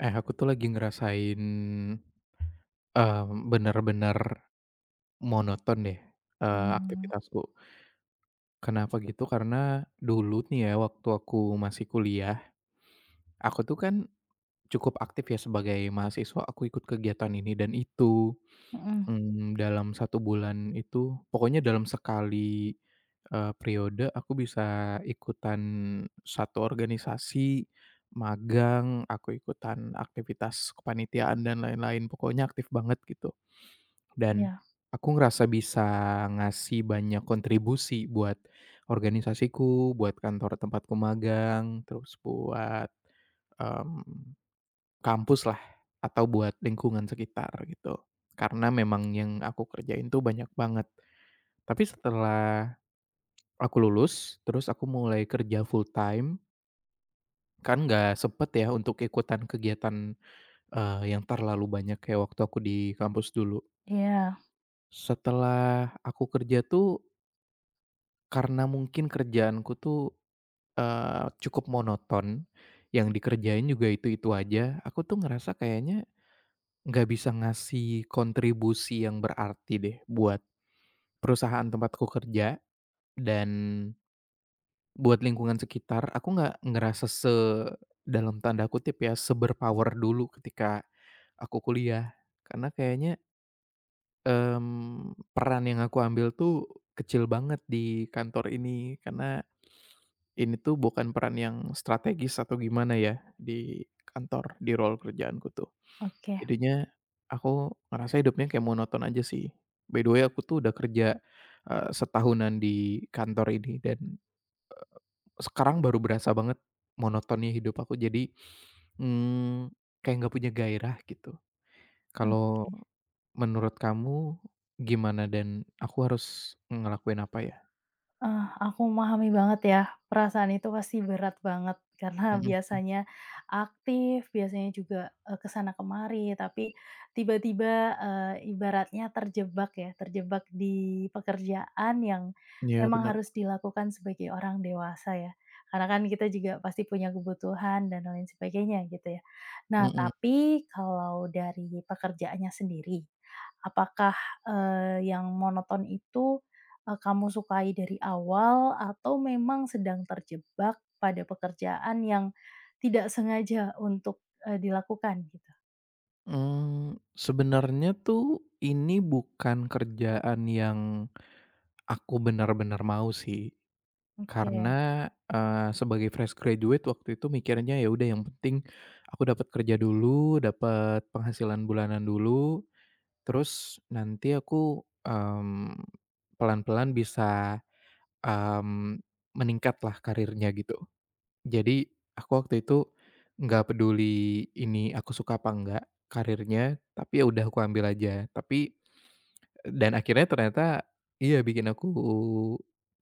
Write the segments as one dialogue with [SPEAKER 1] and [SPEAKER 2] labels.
[SPEAKER 1] Eh, aku tuh lagi ngerasain, eee, bener-bener monoton deh,
[SPEAKER 2] Mmm,
[SPEAKER 1] aktivitasku. Kenapa gitu, karena dulu nih ya, waktu aku masih kuliah, aku tuh kan cukup aktif ya sebagai mahasiswa, aku ikut kegiatan ini dan itu.
[SPEAKER 2] mhm,
[SPEAKER 1] Dalam satu bulan itu pokoknya dalam sekali, periode aku bisa ikutan satu organisasi, magang, aku ikutan aktivitas kepanitiaan dan lain-lain, pokoknya aktif banget gitu. Dan
[SPEAKER 2] iya,
[SPEAKER 1] aku ngerasa bisa ngasih banyak kontribusi buat organisasiku, buat kantor tempatku magang, terus buat, em, kampus lah atau buat lingkungan sekitar gitu. Karena memang yang aku kerjain tuh banyak banget. Tapi setelah aku lulus, terus aku mulai kerja full time, kan nggak sempet ya untuk ikutan kegiatan, yang terlalu banyak kayak waktu aku di kampus dulu.
[SPEAKER 2] iya,
[SPEAKER 1] Setelah aku kerja tuh Karena mungkin kerjaanku tuh, cukup monoton, yang dikerjain juga itu-itu aja, aku tuh ngerasa kayaknya nggak bisa ngasih kontribusi yang berarti deh buat perusahaan tempatku kerja dan buat lingkungan sekitar. Aku nggak ngerasa dalam tanda kutip ya, "se-berpower" dulu ketika aku kuliah. Karena kayaknya, peran yang aku ambil tuh kecil banget di kantor ini. Ini tuh bukan peran yang strategis atau gimana ya, di kantor, di role kerjaanku tuh.
[SPEAKER 2] oke,
[SPEAKER 1] Jadinya aku ngerasa hidupnya kayak monoton aja sih. By the way aku tuh udah kerja, setahunan di kantor ini dan sekarang baru berasa banget monotonnya hidup aku. Jadi, mmm, kayak nggak punya gairah gitu.
[SPEAKER 2] mmm,
[SPEAKER 1] Kalau menurut kamu gimana dan aku harus ngelakuin apa ya?
[SPEAKER 2] Aku memahami banget ya, perasaan itu pasti berat banget karena
[SPEAKER 1] Mhm,
[SPEAKER 2] biasanya aktif, biasanya juga, ke kemari, tapi tiba-tiba, ibaratnya terjebak ya, terjebak di pekerjaan yang
[SPEAKER 1] iya
[SPEAKER 2] memang
[SPEAKER 1] bener,
[SPEAKER 2] harus dilakukan sebagai orang dewasa ya. Karena kan kita juga pasti punya kebutuhan dan lain sebagainya gitu ya. Nah,
[SPEAKER 1] mhm.
[SPEAKER 2] tapi kalau dari pekerjaannya sendiri, apakah, yang monoton itu kamu sukai dari awal atau memang sedang terjebak pada pekerjaan yang tidak sengaja untuk dilakukan gitu?
[SPEAKER 1] Sebenarnya tuh ini bukan kerjaan yang aku benar-benar mau sih,
[SPEAKER 2] Oke.
[SPEAKER 1] karena, sebagai fresh graduate waktu itu mikirnya ya udah yang penting aku dapat kerja dulu, dapat penghasilan bulanan dulu, terus nanti aku, mmm, pelan-pelan bisa, mmm, meningkatlah karirnya gitu. Jadi, aku waktu itu nggak peduli ini aku suka apa enggak karirnya, tapi ya udah aku ambil aja. Dan akhirnya ternyata iya bikin aku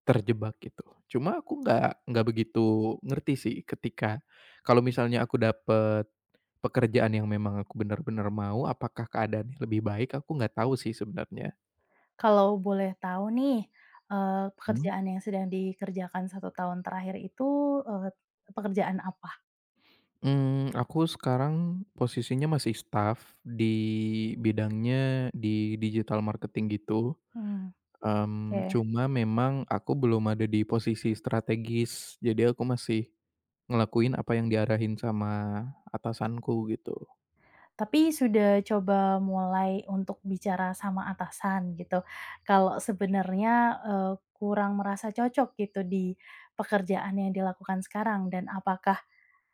[SPEAKER 1] terjebak gitu. Cuma aku nggak begitu ngerti sih ketika kalau misalnya aku dapet pekerjaan yang memang aku benar-benar mau, apakah keadaannya lebih baik? Aku nggak tahu sih sebenarnya.
[SPEAKER 2] Kalau boleh tahu nih,
[SPEAKER 1] Hmm.
[SPEAKER 2] pekerjaan yang sedang dikerjakan satu tahun terakhir itu, eee, pekerjaan apa?
[SPEAKER 1] Aku sekarang posisinya masih staff di bidangnya di digital marketing gitu.
[SPEAKER 2] Mmm, oke.
[SPEAKER 1] Cuma memang aku belum ada di posisi strategis, jadi aku masih ngelakuin apa yang diarahin sama atasanku gitu.
[SPEAKER 2] Tapi sudah coba mulai untuk bicara sama atasan gitu, kalau sebenarnya kurang merasa cocok gitu di pekerjaan yang dilakukan sekarang dan apakah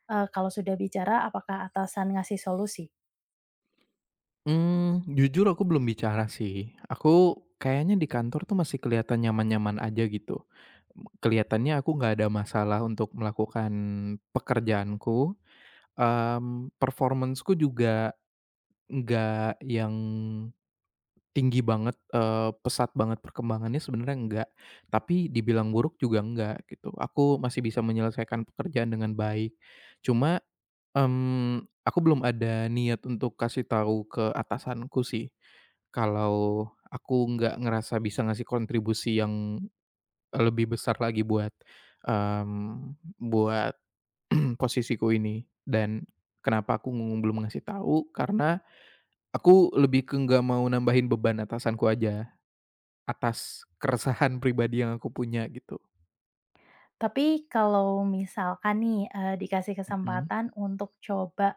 [SPEAKER 2] Kalau sudah bicara apakah atasan ngasih solusi.
[SPEAKER 1] Jujur aku belum bicara sih, aku kayaknya di kantor tuh masih kelihatan nyaman-nyaman aja gitu. Kelihatannya aku nggak ada masalah untuk melakukan pekerjaanku, performance-ku juga nggak yang tinggi banget, pesat banget perkembangannya sebenarnya enggak, tapi dibilang buruk juga enggak gitu. Aku masih bisa menyelesaikan pekerjaan dengan baik. Cuma, aku belum ada niat untuk kasih tahu ke atasanku sih, kalau aku nggak ngerasa bisa ngasih kontribusi yang lebih besar lagi mmm, buat posisiku ini. Dan kenapa aku belum ngasih tahu, karena aku lebih ke nggak mau nambahin beban atasanku aja. Atas keresahan pribadi yang aku punya gitu.
[SPEAKER 2] Tapi kalau misalkan nih, dikasih
[SPEAKER 1] Mhm.
[SPEAKER 2] kesempatan untuk coba,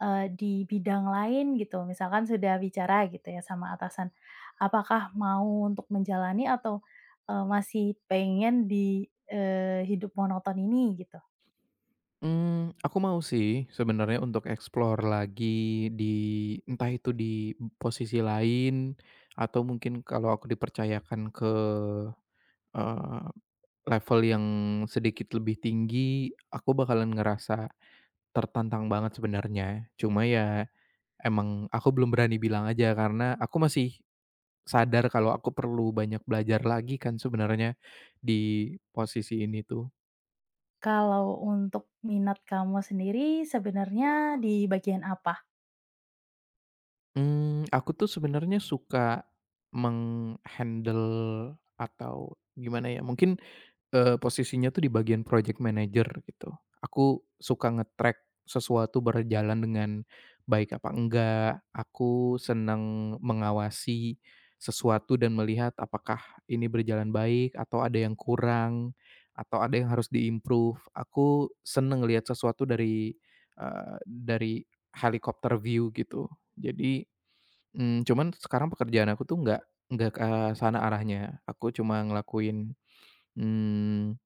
[SPEAKER 2] di bidang lain gitu, misalkan sudah bicara gitu ya sama atasan, apakah mau untuk menjalani atau, masih pengen di, hidup monoton ini gitu?
[SPEAKER 1] Aku mau sih sebenarnya untuk explore lagi di entah itu di posisi lain atau mungkin kalau aku dipercayakan ke, eee, level yang sedikit lebih tinggi, aku bakalan ngerasa tertantang banget sebenarnya. Cuma ya emang aku belum berani bilang aja karena aku masih sadar kalau aku perlu banyak belajar lagi kan sebenarnya di posisi ini tuh.
[SPEAKER 2] Kalau untuk minat kamu sendiri sebenarnya di bagian apa?
[SPEAKER 1] Aku tuh sebenarnya suka meng-handle atau gimana ya, mungkin, posisinya tuh di bagian project manager gitu. Aku suka nge-track sesuatu berjalan dengan baik apa enggak, aku senang mengawasi sesuatu dan melihat apakah ini berjalan baik atau ada yang kurang, atau ada yang harus di-improve. Aku seneng ngelihat sesuatu dari helikopter view gitu. Jadi Cuman sekarang pekerjaan aku tuh nggak ke sana arahnya. Aku cuma ngelakuin, mmm,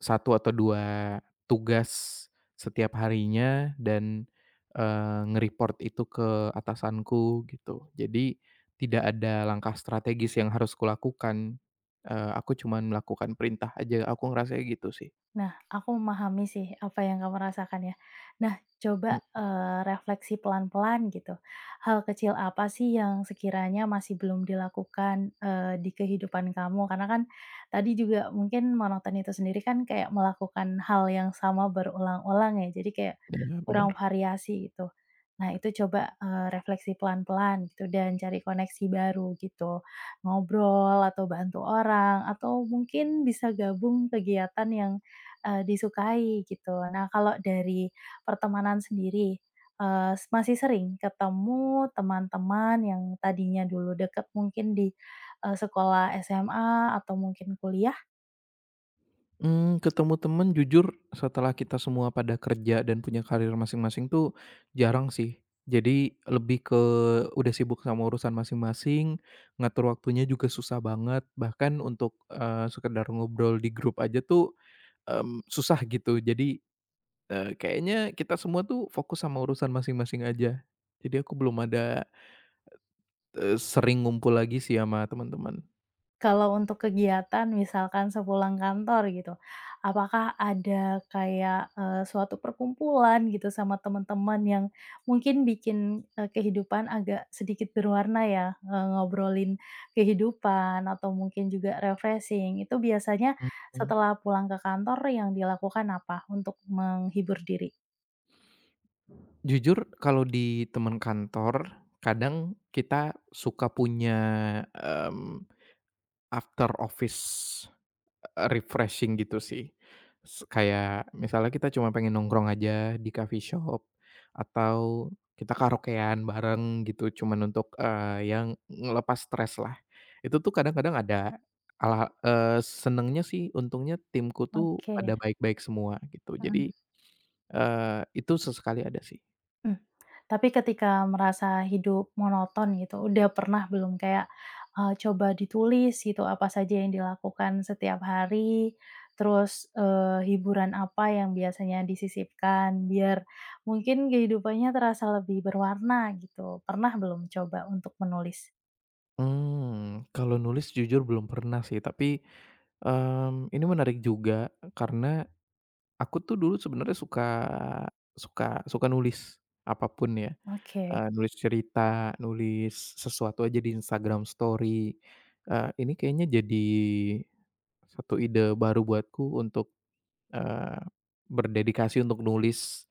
[SPEAKER 1] 1 atau 2 tugas setiap harinya dan, nge-report itu ke atasanku gitu. Jadi tidak ada langkah strategis yang harus kulakukan, aku cuman melakukan perintah aja, aku ngerasanya gitu sih.
[SPEAKER 2] Nah, aku memahami sih apa yang kamu rasakan ya. Nah, coba,
[SPEAKER 1] Mhm,
[SPEAKER 2] refleksi pelan-pelan gitu. Hal kecil apa sih yang sekiranya masih belum dilakukan, di kehidupan kamu? Karena kan tadi juga mungkin monoton itu sendiri kan kayak melakukan hal yang sama berulang-ulang ya, jadi kayak
[SPEAKER 1] iya bener.
[SPEAKER 2] kurang variasi gitu. Nah, itu coba, refleksi pelan-pelan gitu dan cari koneksi baru gitu. Ngobrol atau bantu orang atau mungkin bisa gabung kegiatan yang disukai gitu. Nah, kalau dari pertemanan sendiri, eee, s masih sering ketemu teman-teman yang tadinya dulu deket mungkin di, sekolah SMA atau mungkin kuliah.
[SPEAKER 1] Ketemu temen jujur setelah kita semua pada kerja dan punya karir masing-masing tuh jarang sih. Jadi lebih ke udah sibuk sama urusan masing-masing, ngatur waktunya juga susah banget, bahkan untuk, sekedar ngobrol di grup aja tuh, susah gitu. Jadi, kayaknya kita semua tuh fokus sama urusan masing-masing aja. Jadi aku belum ada, sering ngumpul lagi sih sama teman-teman.
[SPEAKER 2] Kalau untuk kegiatan misalkan sepulang kantor gitu, apakah ada kayak, suatu perkumpulan gitu sama teman-teman yang mungkin bikin, kehidupan agak sedikit berwarna ya, ngobrolin kehidupan atau mungkin juga refreshing, itu biasanya
[SPEAKER 1] Mhm.
[SPEAKER 2] setelah pulang ke kantor yang dilakukan apa untuk menghibur diri?
[SPEAKER 1] Jujur kalau di teman kantor, kadang kita suka punya, mmm, after office, refreshing gitu sih. Kayak misalnya kita cuma pengen nongkrong aja di coffee shop, atau kita karaokean bareng gitu cuman untuk, yang ngelepas stres lah. Itu tuh kadang-kadang ada senengnya sih untungnya timku tuh
[SPEAKER 2] Oke,
[SPEAKER 1] ada baik-baik semua gitu.
[SPEAKER 2] mhm.
[SPEAKER 1] Jadi, itu sesekali ada sih.
[SPEAKER 2] Mmm, tapi ketika merasa hidup monoton gitu, udah pernah belum kayak, coba ditulis gitu apa saja yang dilakukan setiap hari, terus, hiburan apa yang biasanya disisipkan biar mungkin kehidupannya terasa lebih berwarna gitu, pernah belum coba untuk menulis?
[SPEAKER 1] Kalau nulis jujur belum pernah sih, tapi, ini menarik juga karena aku tuh dulu sebenarnya suka suka suka nulis, apa pun ya,
[SPEAKER 2] Oke,
[SPEAKER 1] nulis cerita, nulis sesuatu aja di Instagram story, ini kayaknya jadi satu ide baru buatku untuk, eee, berdedikasi untuk nulis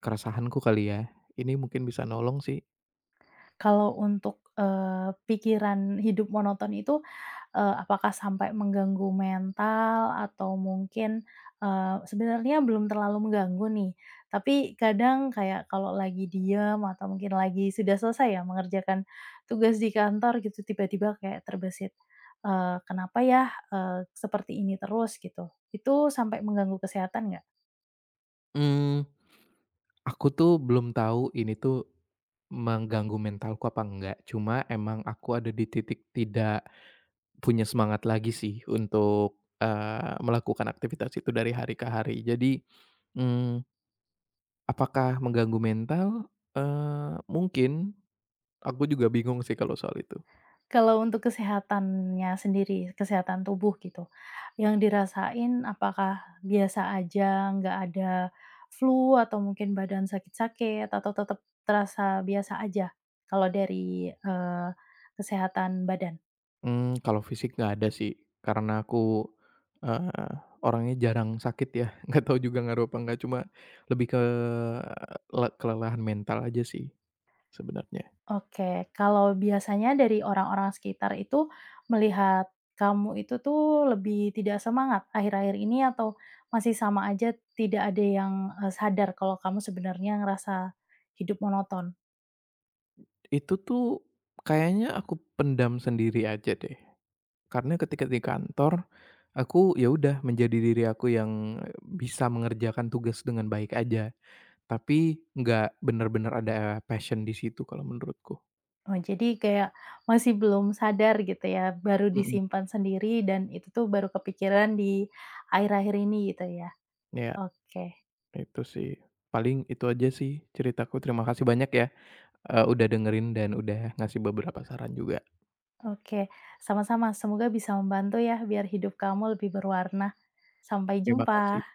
[SPEAKER 1] keresahanku kali ya, ini mungkin bisa nolong sih.
[SPEAKER 2] kalau untuk, pikiran hidup monoton itu apakah sampai mengganggu mental atau mungkin, sebenarnya belum terlalu mengganggu nih, tapi kadang kayak kalau lagi diem atau mungkin lagi sudah selesai ya mengerjakan tugas di kantor gitu tiba-tiba kayak terbesit, "Kenapa ya, eee, seperti ini terus?" gitu. Itu sampai mengganggu kesehatan nggak?
[SPEAKER 1] Mmm, aku tuh belum tahu ini tuh mengganggu mentalku apa enggak, cuma emang aku ada di titik tidak punya semangat lagi sih untuk, melakukan aktivitas itu dari hari ke hari. Jadi, mmm, apakah mengganggu mental? Mungkin. Aku juga bingung sih kalau soal itu.
[SPEAKER 2] Kalau untuk kesehatannya sendiri, kesehatan tubuh gitu, yang dirasain apakah biasa aja, nggak ada flu atau mungkin badan sakit-sakit atau tetap terasa biasa aja kalau dari, kesehatan badan?
[SPEAKER 1] Kalau fisik nggak ada sih, karena aku, eee, orangnya jarang sakit ya, nggak tahu juga ngaruh apa nggak cuma lebih ke kelelahan mental aja sih sebenarnya.
[SPEAKER 2] Oke, kalau biasanya dari orang-orang sekitar itu melihat kamu itu tuh lebih tidak semangat akhir-akhir ini atau masih sama aja tidak ada yang, sadar kalau kamu sebenarnya ngerasa hidup monoton?
[SPEAKER 1] Itu tuh kayaknya aku pendam sendiri aja deh. Karena ketika di kantor, aku ya udah menjadi diri aku yang bisa mengerjakan tugas dengan baik aja, tapi nggak bener-bener ada passion di situ kalau menurutku.
[SPEAKER 2] Oh, jadi kayak masih belum sadar gitu ya, baru
[SPEAKER 1] Mhm,
[SPEAKER 2] disimpan sendiri dan itu tuh baru kepikiran di akhir-akhir ini gitu ya?
[SPEAKER 1] iya
[SPEAKER 2] Oke
[SPEAKER 1] itu sih. Paling itu aja sih ceritaku. Terima kasih banyak ya, udah dengerin dan udah ngasih beberapa saran juga.
[SPEAKER 2] oke, sama-sama, semoga bisa membantu ya biar hidup kamu lebih berwarna. Sampai
[SPEAKER 1] Terima kasih.
[SPEAKER 2] jumpa.